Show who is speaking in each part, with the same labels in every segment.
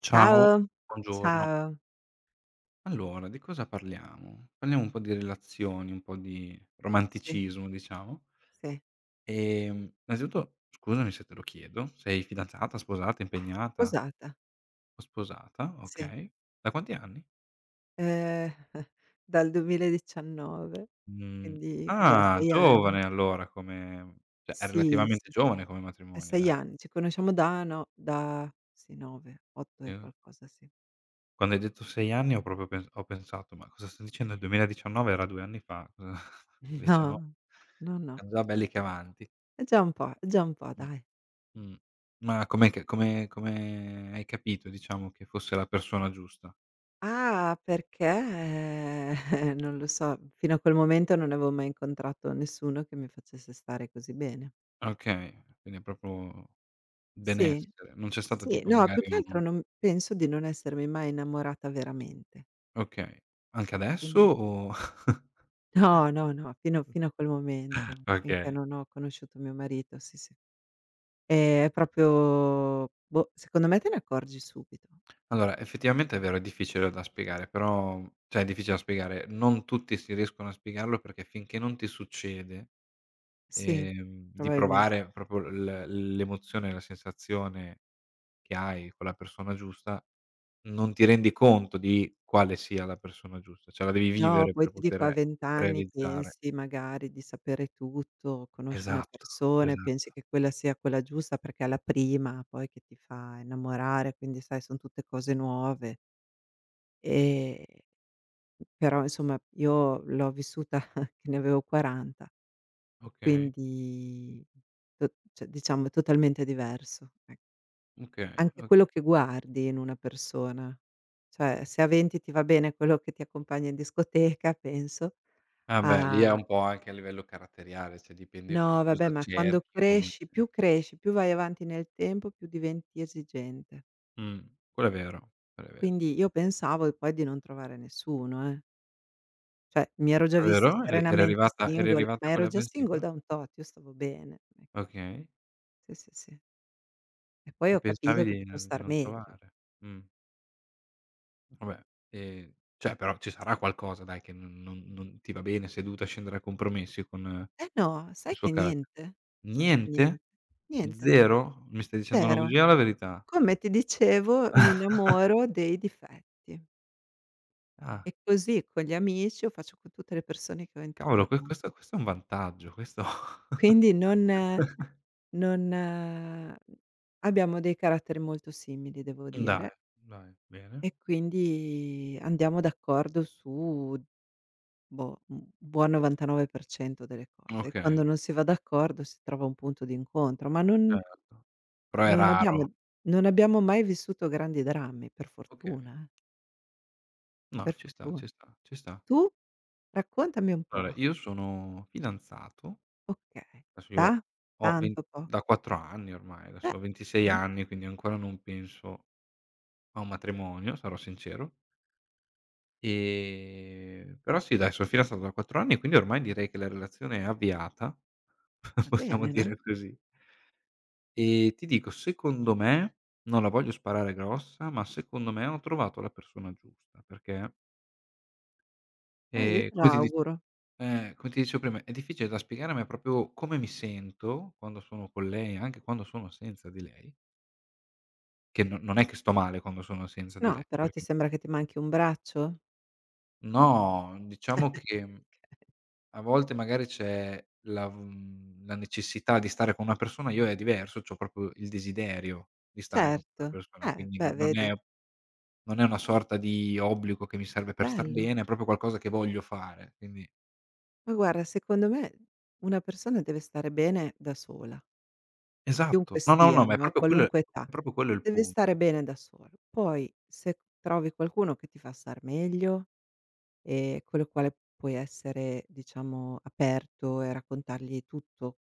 Speaker 1: Ciao,
Speaker 2: Ciao,
Speaker 1: buongiorno.
Speaker 2: ciao.
Speaker 1: Allora, di cosa parliamo? Parliamo un po' di relazioni, un po' di
Speaker 2: Sì,
Speaker 1: romanticismo, diciamo.
Speaker 2: sì,
Speaker 1: Innanzitutto, scusami se te lo chiedo, sei fidanzata, sposata, impegnata
Speaker 2: sposata,
Speaker 1: o sposata?
Speaker 2: sì,
Speaker 1: Okay. Da quanti anni?
Speaker 2: ehm, dal 2019,
Speaker 1: Mhmm,
Speaker 2: quindi cos'è
Speaker 1: ah,
Speaker 2: 6 anni.
Speaker 1: giovane allora, come cioè è
Speaker 2: Sì, sì,
Speaker 1: relativamente
Speaker 2: sì,
Speaker 1: giovane come
Speaker 2: è
Speaker 1: matrimonio,
Speaker 2: 6
Speaker 1: dai.
Speaker 2: anni, ci conosciamo da no, da sì 9, 8 e
Speaker 1: Ehm,
Speaker 2: qualcosa, sì.
Speaker 1: Quando hai detto 6 anni ho proprio pensato: "Ma cosa sta dicendo? Il 2019 era 2 anni fa, cosa?" Invece no.
Speaker 2: No, no, no,
Speaker 1: Siam già belli che avanti.
Speaker 2: è già un po', è già un po'
Speaker 1: Mh.
Speaker 2: dai.
Speaker 1: Mh. Ma com'è che come hai capito, diciamo, che fosse la persona giusta?
Speaker 2: Ah, perché non lo so, fino a quel momento non avevo mai incontrato nessuno che mi facesse stare così bene.
Speaker 1: Okay, quindi è proprio
Speaker 2: Sì.
Speaker 1: benessere, non c'è stato
Speaker 2: Sì,
Speaker 1: tipo
Speaker 2: no, più
Speaker 1: magari
Speaker 2: che
Speaker 1: un,
Speaker 2: altro non penso di non essermi mai innamorata veramente.
Speaker 1: okay. Anche adesso,
Speaker 2: Quindi
Speaker 1: o,
Speaker 2: no, no, no, fino a quel momento, finché
Speaker 1: okay.
Speaker 2: non ho conosciuto mio marito, sì, sì. È proprio boh, secondo me te ne accorgi subito.
Speaker 1: Allora, effettivamente è vero, è difficile da spiegare, però, cioè, è difficile da spiegare, non tutti si riescono a spiegarlo perché finché non ti succede,
Speaker 2: Sì,
Speaker 1: di
Speaker 2: probabilmente.
Speaker 1: provare proprio l'emozione, la sensazione che hai con la persona giusta, non ti rendi conto di quale sia la persona giusta, cioè la devi
Speaker 2: No,
Speaker 1: vivere
Speaker 2: poi
Speaker 1: per
Speaker 2: ti dico a
Speaker 1: poter
Speaker 2: 20 anni
Speaker 1: realizzare.
Speaker 2: pensi magari di sapere tutto, conosci una
Speaker 1: Esatto,
Speaker 2: persona e
Speaker 1: esatto.
Speaker 2: pensi che quella sia quella giusta perché è la prima poi che ti fa innamorare, quindi sai son tutte cose nuove, ehm però insomma io l'ho vissuta che ne avevo 40,
Speaker 1: Okay,
Speaker 2: quindi to cioè diciamo è totalmente diverso, ecco.
Speaker 1: okay,
Speaker 2: Anche
Speaker 1: oka
Speaker 2: quello che guardi in una persona, cioè se a 20 ti va bene quello che ti accompagna in discoteca penso,
Speaker 1: ah, beh, lì è
Speaker 2: a
Speaker 1: un po' anche a livello caratteriale, cioè dipende che
Speaker 2: no vabbè,
Speaker 1: cosa
Speaker 2: ma quando
Speaker 1: cerchi, come.
Speaker 2: cresci, più vai avanti nel tempo, più diventi esigente.
Speaker 1: mh, Quello è vero, quello è vero.
Speaker 2: Quindi io pensavo poi di non trovare nessuno, eh. Cioè, mi ero già vista
Speaker 1: Davvero? Eri
Speaker 2: serenamente
Speaker 1: arrivata eri
Speaker 2: single,
Speaker 1: arrivata
Speaker 2: ma
Speaker 1: a
Speaker 2: ero
Speaker 1: quella
Speaker 2: già single
Speaker 1: pensiero?
Speaker 2: da un tot, io stavo bene. Non è
Speaker 1: Okay,
Speaker 2: che sì, sì, sì. E poi
Speaker 1: e
Speaker 2: ho capito
Speaker 1: pensavi
Speaker 2: che
Speaker 1: di
Speaker 2: potevo
Speaker 1: non
Speaker 2: star meglio.
Speaker 1: trovare. Mh. Vabbè, ehm, cioè però ci sarà qualcosa, dai, che non ti va bene, sei dovuta scendere a compromessi con
Speaker 2: Eh no,
Speaker 1: il suo carattere.
Speaker 2: sai che
Speaker 1: Niente?
Speaker 2: niente, niente,
Speaker 1: Zero? Mi stai dicendo una
Speaker 2: 0.
Speaker 1: bugia o la verità?
Speaker 2: Come ti dicevo, mi innamoro dei difetti
Speaker 1: Ah,
Speaker 2: e così con gli amici o faccio con tutte le persone che ho
Speaker 1: cavolo, que
Speaker 2: intorno.
Speaker 1: questo questo è un vantaggio, questo.
Speaker 2: Quindi non non abbiamo dei caratteri molto simili, devo
Speaker 1: Dai,
Speaker 2: dire.
Speaker 1: dai, bene.
Speaker 2: E quindi andiamo d'accordo su, boh, un buon 99% delle cose. E quando
Speaker 1: Okay,
Speaker 2: non si va
Speaker 1: okay,
Speaker 2: d'accordo si trova un punto d'incontro, ma
Speaker 1: certo. Però è
Speaker 2: non
Speaker 1: raro.
Speaker 2: abbiamo non abbiamo mai vissuto grandi drammi, per
Speaker 1: Okay.
Speaker 2: fortuna, per
Speaker 1: No, ci sta,
Speaker 2: fortuna.
Speaker 1: ci sta, ci sta.
Speaker 2: Tu? Raccontami un po'.
Speaker 1: Allora, io sono fidanzato.
Speaker 2: Okay.
Speaker 1: Adesso
Speaker 2: Da?
Speaker 1: io ho ven
Speaker 2: Tanto po
Speaker 1: Da 4 anni ormai,
Speaker 2: beh,
Speaker 1: adesso ho 26
Speaker 2: insomma,
Speaker 1: anni, quindi ancora non penso a un matrimonio, sarò sincero. Però sì dai, sono fidanzato da 4 anni, quindi ormai direi che la relazione è avviata,
Speaker 2: va
Speaker 1: possiamo
Speaker 2: bene, no,
Speaker 1: dire così. E ti dico, secondo me, non la voglio sparare grossa, ma secondo me ho trovato la persona giusta, perché,
Speaker 2: beh, io te lo
Speaker 1: come ti dice,
Speaker 2: auguro.
Speaker 1: come ti dicevo prima, è difficile da spiegare, ma è proprio come mi sento quando sono con lei, anche quando sono senza di lei. Che no, non è che sto male quando sono senza di
Speaker 2: No,
Speaker 1: lei,
Speaker 2: però ti
Speaker 1: perché
Speaker 2: sembra che ti manchi un braccio?
Speaker 1: no, diciamo che a volte magari c'è la la necessità di stare con una persona, io è diverso, c'ho proprio il desiderio di stare con quella
Speaker 2: Certo.
Speaker 1: persona, quindi
Speaker 2: Beh,
Speaker 1: non non
Speaker 2: vedi,
Speaker 1: è non è una sorta di obbligo che mi serve per star
Speaker 2: bello.
Speaker 1: bene, è proprio qualcosa che voglio fare, quindi
Speaker 2: Ma guarda, secondo me una persona deve stare bene da sola,
Speaker 1: esatto.
Speaker 2: chiunque
Speaker 1: No, no, no,
Speaker 2: sia,
Speaker 1: ma è
Speaker 2: no, a
Speaker 1: proprio quello, è
Speaker 2: qualunque età.
Speaker 1: proprio quello il
Speaker 2: Deve stare
Speaker 1: punto.
Speaker 2: bene da solo. Poi se trovi qualcuno che ti fa star meglio e con il quale puoi essere, diciamo, aperto e raccontargli tutto,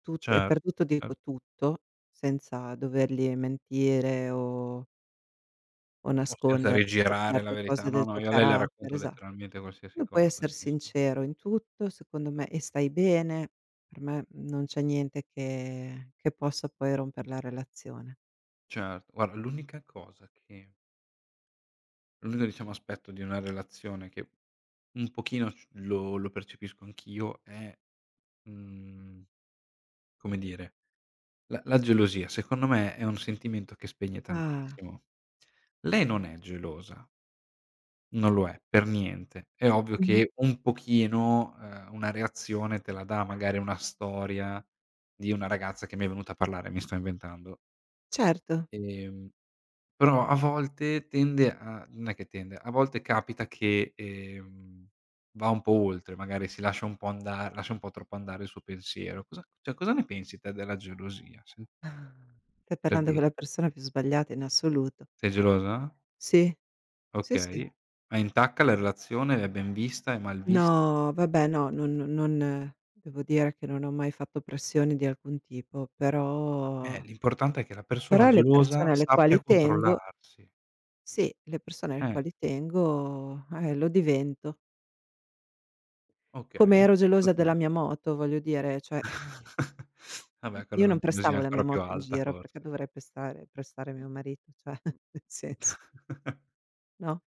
Speaker 2: tutto e
Speaker 1: Certo,
Speaker 2: per tutto
Speaker 1: cer
Speaker 2: dico tutto, senza dovergli mentire o
Speaker 1: o senza
Speaker 2: nasconderti per
Speaker 1: rigirare la
Speaker 2: certe
Speaker 1: verità.
Speaker 2: cose
Speaker 1: No,
Speaker 2: del
Speaker 1: no,
Speaker 2: tuo
Speaker 1: io a lei le
Speaker 2: carattere,
Speaker 1: racconto
Speaker 2: esa.
Speaker 1: letteralmente qualsiasi
Speaker 2: Tu puoi
Speaker 1: cosa.
Speaker 2: esser
Speaker 1: Sì,
Speaker 2: sincero in tutto, secondo me, e stai bene. Per me non c'è niente che che possa poi romper
Speaker 1: sì.
Speaker 2: la relazione.
Speaker 1: Certo, guarda, l'unica cosa che l'unico, diciamo, aspetto di una relazione che un pochino c lo lo percepisco anch'io è, mhmm, come dire, la gelosia. Secondo me è un sentimento che spegne
Speaker 2: "Ah,
Speaker 1: tantissimo. Lei non è gelosa, non lo è per niente. È ovvio
Speaker 2: mh-mh,
Speaker 1: che un pochino, una reazione te la dà, magari una storia di una ragazza che mi è venuta a parlare, mi sto inventando.
Speaker 2: certo.
Speaker 1: ehm Però a volte tende a non è che tende, a volte capita che, va un po' oltre, magari lascia un po' troppo andare il suo pensiero. Cosa ne pensi te della gelosia? Se,
Speaker 2: Stai
Speaker 1: per
Speaker 2: parlando con
Speaker 1: dire.
Speaker 2: la persona più sbagliata in assoluto."
Speaker 1: Sei gelosa?
Speaker 2: Sì, sì, sì.
Speaker 1: Okay. Ma intacca la relazione? È ben vista? È mal vista?
Speaker 2: No, vabbè no, non non devo dire che non ho mai fatto pressioni di alcun tipo, però
Speaker 1: L'importante è che la persona
Speaker 2: però le persone
Speaker 1: gelosa
Speaker 2: alle quali
Speaker 1: sappia
Speaker 2: tengo
Speaker 1: controllarsi.
Speaker 2: sì, le persone alle
Speaker 1: Eh,
Speaker 2: quali tengo, lo divento. Come
Speaker 1: okay.
Speaker 2: ero gelosa della
Speaker 1: Okay.
Speaker 2: mia moto, voglio dire, cioè
Speaker 1: Vabbè, quella è
Speaker 2: io
Speaker 1: una
Speaker 2: non
Speaker 1: gelosia
Speaker 2: prestavo la mia
Speaker 1: ancora più
Speaker 2: moto in
Speaker 1: alta,
Speaker 2: giro, perché
Speaker 1: forse.
Speaker 2: dovrei prestare mio marito, cioè nel senso, no,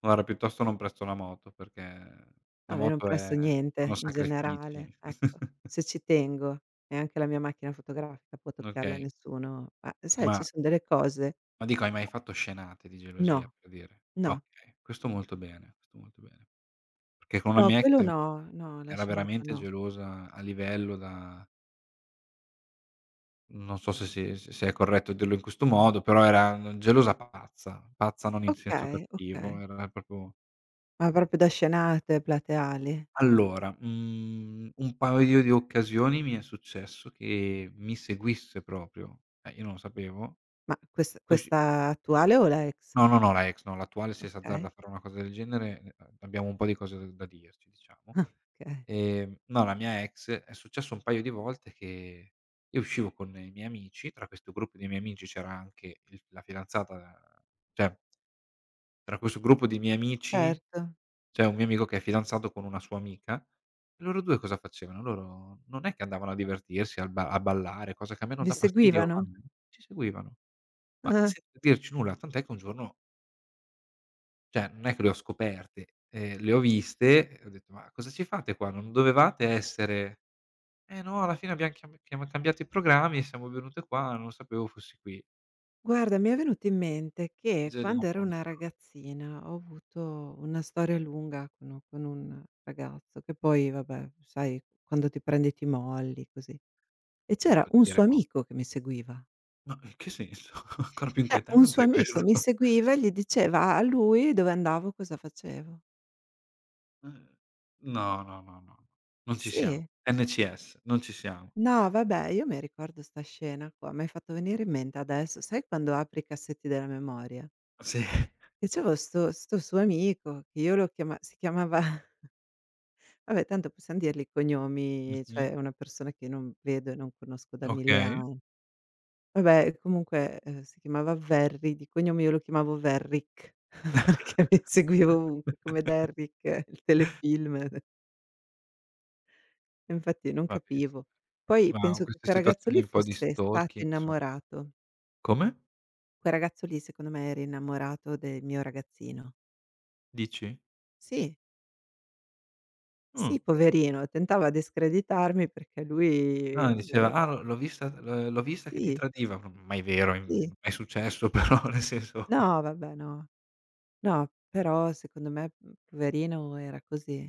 Speaker 1: Guarda, piuttosto non presto la moto, perché la
Speaker 2: no, io non
Speaker 1: moto è
Speaker 2: presto
Speaker 1: sono
Speaker 2: niente in generale,
Speaker 1: sacrifici.
Speaker 2: ecco. Se ci tengo, e anche la mia macchina fotografica può toccarla
Speaker 1: Okay,
Speaker 2: nessuno, ma sai ci
Speaker 1: ma
Speaker 2: son delle cose
Speaker 1: ma dico, hai mai fatto scenate di gelosia,
Speaker 2: no,
Speaker 1: per dire?
Speaker 2: no,
Speaker 1: Okay, questo molto bene, questo molto bene. Perché con una
Speaker 2: no,
Speaker 1: mia
Speaker 2: quello
Speaker 1: ex
Speaker 2: no, no, la
Speaker 1: era
Speaker 2: scenata
Speaker 1: veramente
Speaker 2: no.
Speaker 1: gelosa, a livello da non so se si se se è corretto dirlo in questo modo, però era gelosa pazza, pazza non in senso
Speaker 2: Okay,
Speaker 1: cattivo,
Speaker 2: okay.
Speaker 1: era proprio.
Speaker 2: Ma proprio da scenate plateali?
Speaker 1: Allora, un paio di occasioni mi è successo che mi seguisse proprio, io non lo sapevo.
Speaker 2: Ma
Speaker 1: Usci
Speaker 2: questa attuale o la ex?
Speaker 1: No, no, no, la ex no, l'attuale se s'azzarda
Speaker 2: Okay,
Speaker 1: a fare una cosa del genere, abbiamo un po' di cose da dirci, diciamo.
Speaker 2: ah, okay.
Speaker 1: No, la mia ex è successo un paio di volte che io uscivo con i miei amici, tra questo gruppo di miei amici c'era anche il la fidanzata, cioè, tra questo gruppo di miei amici
Speaker 2: Certo,
Speaker 1: c'è un mio amico che è fidanzato con una sua amica, e loro 2 cosa facevano? Loro non è che andavano a divertirsi, al ba a ballare, cosa che a me non
Speaker 2: vi
Speaker 1: dà fastidio,
Speaker 2: seguivano?
Speaker 1: ma ci seguivano, ma
Speaker 2: Ah-ah.
Speaker 1: senza dirci nulla, tant'è che un giorno, cioè, non è che le ho scoperte, le ho viste e ho detto: "Ma cosa ci fate qua? Non dovevate essere?" "Eh no, alla fine abbiam chiam chiam cambiato i programmi e siamo venute qua, non sapevo fossi qui."
Speaker 2: Guarda, mi è venuto in mente che
Speaker 1: Bisogna
Speaker 2: quando
Speaker 1: un
Speaker 2: ero
Speaker 1: po'
Speaker 2: una
Speaker 1: andare
Speaker 2: ragazzina ho avuto una storia lunga con u con un ragazzo che poi vabbè, sai quando ti prendi ti molli così. E
Speaker 1: avanti, un
Speaker 2: c'era
Speaker 1: po' il
Speaker 2: un suo
Speaker 1: dire no.
Speaker 2: amico che mi seguiva.
Speaker 1: Ma in che senso? Ancora più
Speaker 2: Cioè un suo
Speaker 1: inquietante
Speaker 2: amico mi
Speaker 1: questo.
Speaker 2: seguiva e gli diceva a lui dove andavo, cosa facevo.
Speaker 1: Mh. No, no, no, no. Non ci siamo.
Speaker 2: Sì.
Speaker 1: NCS, non ci siamo.
Speaker 2: No, vabbè, io mi ricordo 'sta scena qua, mi hai fatto venire in mente adesso, sai quando apri i cassetti della memoria?
Speaker 1: Sì.
Speaker 2: E c'avevo 'sto suo amico che io lo chiama si chiamava. Vabbè tanto possiam dirli i cognomi,
Speaker 1: Mh-mh.
Speaker 2: cioè è una persona che non vedo e non conosco da 1000
Speaker 1: Okay,
Speaker 2: an vabbè comunque, si chiamava Verri, di cognome io lo chiamavo Verrick perché mi seguiva ovunque come da Derrick il telefilm, e infatti non
Speaker 1: va bene.
Speaker 2: capivo. Poi
Speaker 1: Ma
Speaker 2: penso che
Speaker 1: queste
Speaker 2: quel ragazzo
Speaker 1: situazioni
Speaker 2: lì
Speaker 1: un po' di
Speaker 2: fosse stato
Speaker 1: stalking,
Speaker 2: innamorato.
Speaker 1: come?
Speaker 2: Quel ragazzo lì secondo me era innamorato del mio ragazzino.
Speaker 1: Dici?
Speaker 2: Sì.
Speaker 1: Mh.
Speaker 2: Sì, poverino, tentava discreditarmi perché lui
Speaker 1: Ah, diceva:
Speaker 2: vole
Speaker 1: "Ah, l'ho vista che ti
Speaker 2: sì,
Speaker 1: tradiva." M mai vero, mai
Speaker 2: sì.
Speaker 1: è successo. Però, nel senso,
Speaker 2: No, vabbè, no. No, però secondo me, poverino era così.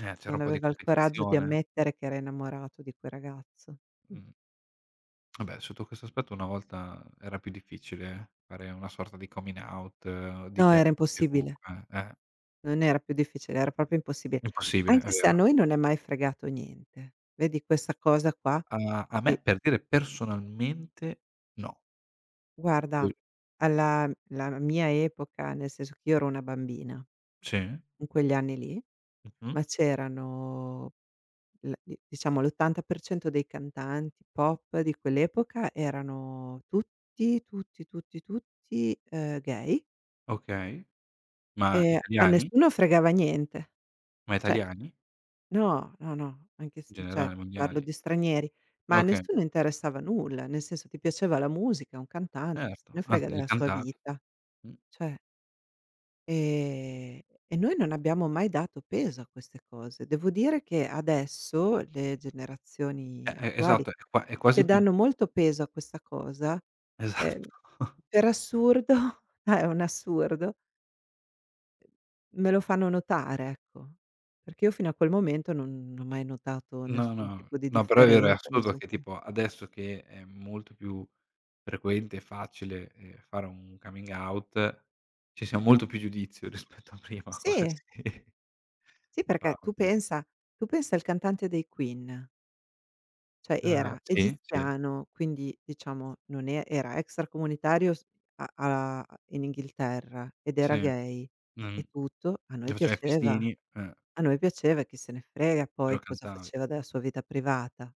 Speaker 1: c'era
Speaker 2: Non
Speaker 1: un po' di
Speaker 2: aveva il coraggio di
Speaker 1: competizione.
Speaker 2: ammettere che era innamorato di quel ragazzo. Mh.
Speaker 1: Mh. Vabbè, sotto questo aspetto una volta era più difficile fare una sorta di coming out,
Speaker 2: No, era
Speaker 1: dichiararsi
Speaker 2: impossibile.
Speaker 1: comunque, eh.
Speaker 2: Non era più difficile, era proprio impossibile.
Speaker 1: Impossibile, è
Speaker 2: Anche se a
Speaker 1: vero.
Speaker 2: noi non è mai fregato niente. Vedi questa cosa qua
Speaker 1: A me,
Speaker 2: e
Speaker 1: per dire, personalmente no.
Speaker 2: guarda,
Speaker 1: Poi
Speaker 2: alla la mia epoca, nel senso che io ero una bambina,
Speaker 1: sì,
Speaker 2: in quegli anni lì.
Speaker 1: mh-mh,
Speaker 2: Ma c'erano l di diciamo l'80% dei cantanti pop di quell'epoca erano tutti, tutti, tutti, tutti, gay
Speaker 1: okay. Ma
Speaker 2: e a
Speaker 1: italiani?
Speaker 2: nessuno fregava niente.
Speaker 1: Ma
Speaker 2: Cioè
Speaker 1: italiani?
Speaker 2: no, no, no, anche s
Speaker 1: In
Speaker 2: cioè
Speaker 1: generale
Speaker 2: parlo
Speaker 1: mondiali?
Speaker 2: di stranieri, ma a
Speaker 1: Okay,
Speaker 2: nessuno interessava nulla, nel senso ti piaceva la musica, un cantante, cosa se ne
Speaker 1: certo,
Speaker 2: frega
Speaker 1: anzi li
Speaker 2: della sua
Speaker 1: cantavi.
Speaker 2: vita,
Speaker 1: Mh.
Speaker 2: cioè. Ehm, e noi non abbiamo mai dato peso a queste cose. Devo dire che adesso le generazioni attuali,
Speaker 1: Esatto, è
Speaker 2: che
Speaker 1: quasi più
Speaker 2: danno molto peso a questa cosa, ehm,
Speaker 1: esatto.
Speaker 2: per assurdo ah, è un assurdo, me lo fanno notare, ecco. Perché io fino a quel momento non non ho mai notato
Speaker 1: No,
Speaker 2: nessun
Speaker 1: no,
Speaker 2: tipo di
Speaker 1: no, però è vero, è
Speaker 2: differenza,
Speaker 1: assurdo
Speaker 2: nessun
Speaker 1: che
Speaker 2: pro
Speaker 1: tipo adesso che è molto più frequente e facile, fare un coming out, ci sia molto più giudizio rispetto a prima
Speaker 2: sì,
Speaker 1: quasi.
Speaker 2: sì
Speaker 1: Ah,
Speaker 2: perché tu
Speaker 1: oddio.
Speaker 2: pensa tu pensa al cantante dei Queen. Cioè era
Speaker 1: Sì, sì,
Speaker 2: egiziano, quindi diciamo non e era extracomunitario s a a in Inghilterra ed era
Speaker 1: sì,
Speaker 2: gay e
Speaker 1: mhmm,
Speaker 2: tutto.
Speaker 1: dove c'era i festini,
Speaker 2: A noi piaceva, chi se ne frega
Speaker 1: e lo
Speaker 2: poi cosa
Speaker 1: cantavi.
Speaker 2: faceva della sua vita privata.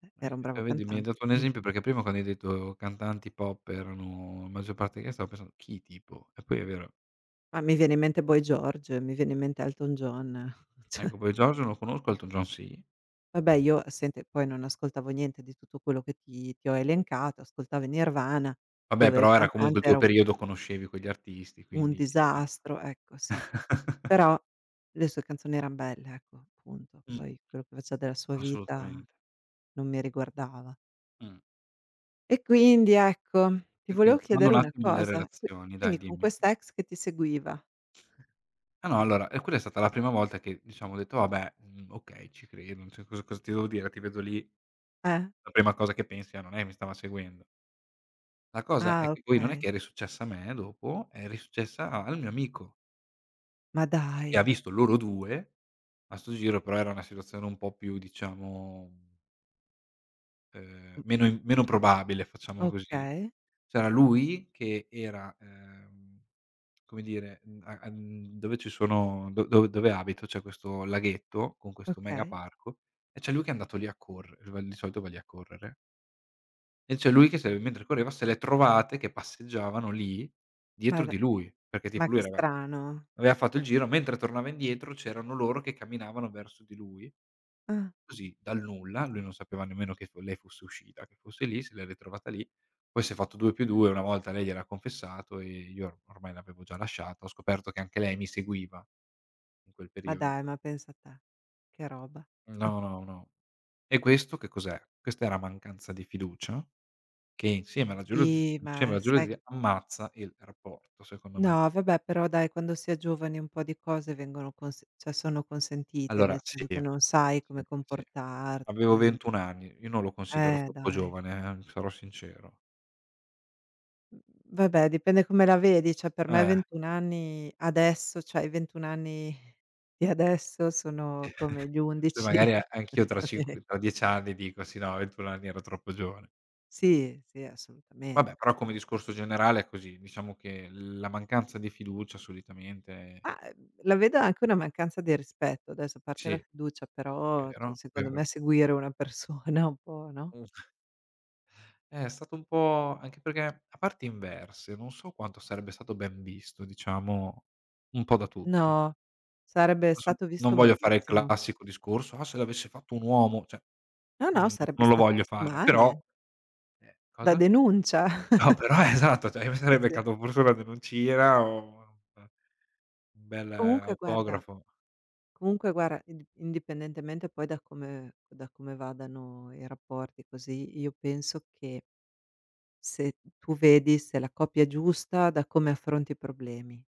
Speaker 1: E
Speaker 2: Era un
Speaker 1: e
Speaker 2: bravo
Speaker 1: vedi, mi hai
Speaker 2: cantante,
Speaker 1: dato un
Speaker 2: punto.
Speaker 1: esempio, perché prima quando hai detto cantanti pop erano la maggior parte che stavo pensando: "Chi tipo?" E poi è vero.
Speaker 2: Ma mi viene in mente Boy George, mi viene in mente Elton John, cioè
Speaker 1: Ecco, poi George non lo conosco, Elton John sì.
Speaker 2: vabbè io senti poi non ascoltavo niente di tutto quello che ti ho elencato, ascoltavo i Nirvana,
Speaker 1: Vabbè,
Speaker 2: dove il
Speaker 1: però era comunque il
Speaker 2: cantante
Speaker 1: tuo
Speaker 2: era
Speaker 1: periodo, conoscevi quegli artisti,
Speaker 2: un
Speaker 1: quindi eh.
Speaker 2: disastro, ecco sì. Però le sue canzoni eran belle, ecco, punto.
Speaker 1: Mh,
Speaker 2: Poi quello che faceva della sua vita
Speaker 1: Assolutamente.
Speaker 2: non mi riguardava.
Speaker 1: Mh.
Speaker 2: E quindi ecco, ti
Speaker 1: E
Speaker 2: volevo
Speaker 1: quindi, tornando
Speaker 2: chiedere
Speaker 1: un
Speaker 2: una
Speaker 1: attimo alle
Speaker 2: cosa,
Speaker 1: relazioni,
Speaker 2: quindi
Speaker 1: dai,
Speaker 2: con
Speaker 1: dimmi.
Speaker 2: questa ex che ti seguiva,
Speaker 1: Ah no, allora, e quella è stata la prima volta che, diciamo, ho detto: "Vabbè, okay, ci credo, cioè cosa ti devo dire? Ti vedo lì."
Speaker 2: eh?
Speaker 1: La prima cosa che pensi: "Ah, non è che mi stava seguendo." La cosa è
Speaker 2: Ah
Speaker 1: che poi non è
Speaker 2: okay.
Speaker 1: che è risuccessa a me dopo, è risuccessa a al mio amico,
Speaker 2: Ma
Speaker 1: che ha
Speaker 2: dai.
Speaker 1: visto loro 2. A 'sto giro però era una situazione un po' più, diciamo,
Speaker 2: Mh,
Speaker 1: meno im meno probabile, facciamo così.
Speaker 2: okay,
Speaker 1: C'era lui che era, come dire, mhmm, a a mhmm, dove ci sono, do dove dove abito, c'è questo laghetto con questo mega
Speaker 2: okay.
Speaker 1: parco, e c'è lui che è andato lì a corre va, di solito va lì a correre. E c'è lui che, se mentre correva se l'è trovate che passeggiavano lì
Speaker 2: Ma
Speaker 1: dietro
Speaker 2: da
Speaker 1: di lui, perché
Speaker 2: ma
Speaker 1: tipo lui
Speaker 2: che
Speaker 1: aveva
Speaker 2: strano.
Speaker 1: aveva fatto il giro, mentre tornava indietro c'erano loro che camminavano verso di lui,
Speaker 2: Ah,
Speaker 1: così dal nulla, lui non sapeva nemmeno che f lei fosse uscita, che fosse lì, se l'è ritrovata lì. Poi si è fatto 2 più 2, una volta lei gliel'ha confessato e io or ormai l'avevo già lasciata, ho scoperto che anche lei mi seguiva in quel
Speaker 2: ma
Speaker 1: periodo.
Speaker 2: dai, ma pensa te. Che roba.
Speaker 1: No, no, no. E questo che cos'è? Questa era mancanza di fiducia? Che,
Speaker 2: Sì,
Speaker 1: insieme
Speaker 2: ma
Speaker 1: alla
Speaker 2: sai
Speaker 1: gelosia, ammazza il rapporto, secondo me.
Speaker 2: no, vabbè, però dai, quando si è giovani un po' di cose vengono conse cioè sono consentite,
Speaker 1: Allora,
Speaker 2: nel
Speaker 1: sì,
Speaker 2: senso che non sai come
Speaker 1: sì, sì. Avevo
Speaker 2: comportarti.
Speaker 1: 21 anni, io non lo considero troppo
Speaker 2: Dai.
Speaker 1: giovane, sarò sincero.
Speaker 2: Mhmm, vabbè, dipende come la vedi, cioè per me
Speaker 1: Eh,
Speaker 2: 21 anni adesso cioè i 21 anni di adesso sono come
Speaker 1: sì.
Speaker 2: gli
Speaker 1: Poi
Speaker 2: 11.
Speaker 1: magari a anch'io tra cinq tra 10 anni dico: "Sì, no, a 21 anni ero troppo giovane".
Speaker 2: Sì, sì,
Speaker 1: Vabbè,
Speaker 2: assolutamente.
Speaker 1: però come discorso generale è così, diciamo che la mancanza di fiducia solitamente.
Speaker 2: Ma, la vedo anche una mancanza di rispetto, adesso a parte la
Speaker 1: Sì,
Speaker 2: fiducia, però, cioè
Speaker 1: vero,
Speaker 2: secondo
Speaker 1: vero.
Speaker 2: me seguire una persona un po', no?
Speaker 1: Mh. È stato un po' anche perché a parti inverse, non so quanto sarebbe stato ben visto, diciamo, un po' da tutti.
Speaker 2: No, sarebbe
Speaker 1: Adesso
Speaker 2: stato
Speaker 1: non
Speaker 2: visto
Speaker 1: voglio fare il
Speaker 2: malissimo.
Speaker 1: classico discorso: "Ah, se l'avesse fatto un uomo", cioè,
Speaker 2: No, no, sarebbe
Speaker 1: non lo
Speaker 2: stato
Speaker 1: voglio
Speaker 2: visto
Speaker 1: fare, però
Speaker 2: male, da
Speaker 1: cosa?
Speaker 2: denuncia.
Speaker 1: No, però, esatto, cioè mi
Speaker 2: Sì,
Speaker 1: sarebbe
Speaker 2: sì.
Speaker 1: caduto forse una denuncina o un bel
Speaker 2: Comunque guarda
Speaker 1: autografo.
Speaker 2: comunque guarda, indipendentemente poi da come vadano i rapporti così, io penso che se tu vedi se la coppia è giusta da come affronti i problemi.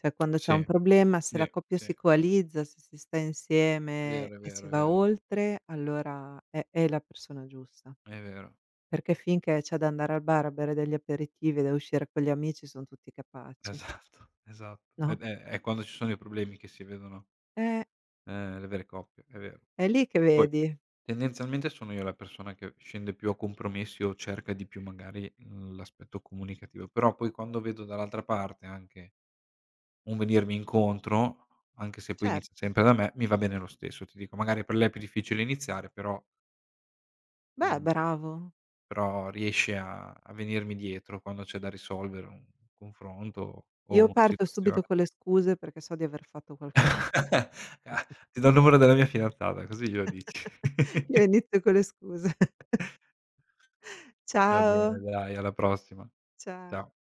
Speaker 2: Cioè quando c'è un
Speaker 1: Sì,
Speaker 2: problema, se la
Speaker 1: sì,
Speaker 2: coppia
Speaker 1: sì,
Speaker 2: si
Speaker 1: sì.
Speaker 2: coalizza, se si sta
Speaker 1: È
Speaker 2: insieme
Speaker 1: vero, è
Speaker 2: e si
Speaker 1: vero, è
Speaker 2: va
Speaker 1: vero,
Speaker 2: oltre, allora è la persona giusta.
Speaker 1: è vero.
Speaker 2: Perché finché c'è da andare al bar a bere degli aperitivi e da uscire con gli amici son tutti capaci,
Speaker 1: Esatto, esatto.
Speaker 2: no?
Speaker 1: Ed è quando ci sono i problemi che si vedono,
Speaker 2: Eh,
Speaker 1: le vere coppie, è vero.
Speaker 2: è lì che
Speaker 1: Poi
Speaker 2: vedi.
Speaker 1: tendenzialmente sono io la persona che scende più a compromessi o cerca di più magari, l'aspetto comunicativo, però poi quando vedo dall'altra parte anche un venirmi incontro, anche se poi inizia
Speaker 2: Certo.
Speaker 1: sempre da me, mi va bene lo stesso. Ti dico, magari per lei è più difficile iniziare, però
Speaker 2: Beh,
Speaker 1: mhmm,
Speaker 2: bravo.
Speaker 1: però riesce a venirmi dietro quando c'è da risolvere un confronto o
Speaker 2: Io
Speaker 1: una
Speaker 2: parto subito
Speaker 1: situazione.
Speaker 2: con le scuse perché so di aver fatto qualcosa.
Speaker 1: Ah, ti do il numero della mia fidanzata, così glielo dici.
Speaker 2: Io inizio con le scuse.
Speaker 1: Va bene
Speaker 2: Ciao,
Speaker 1: dai, alla prossima. Ciao.
Speaker 2: ciao.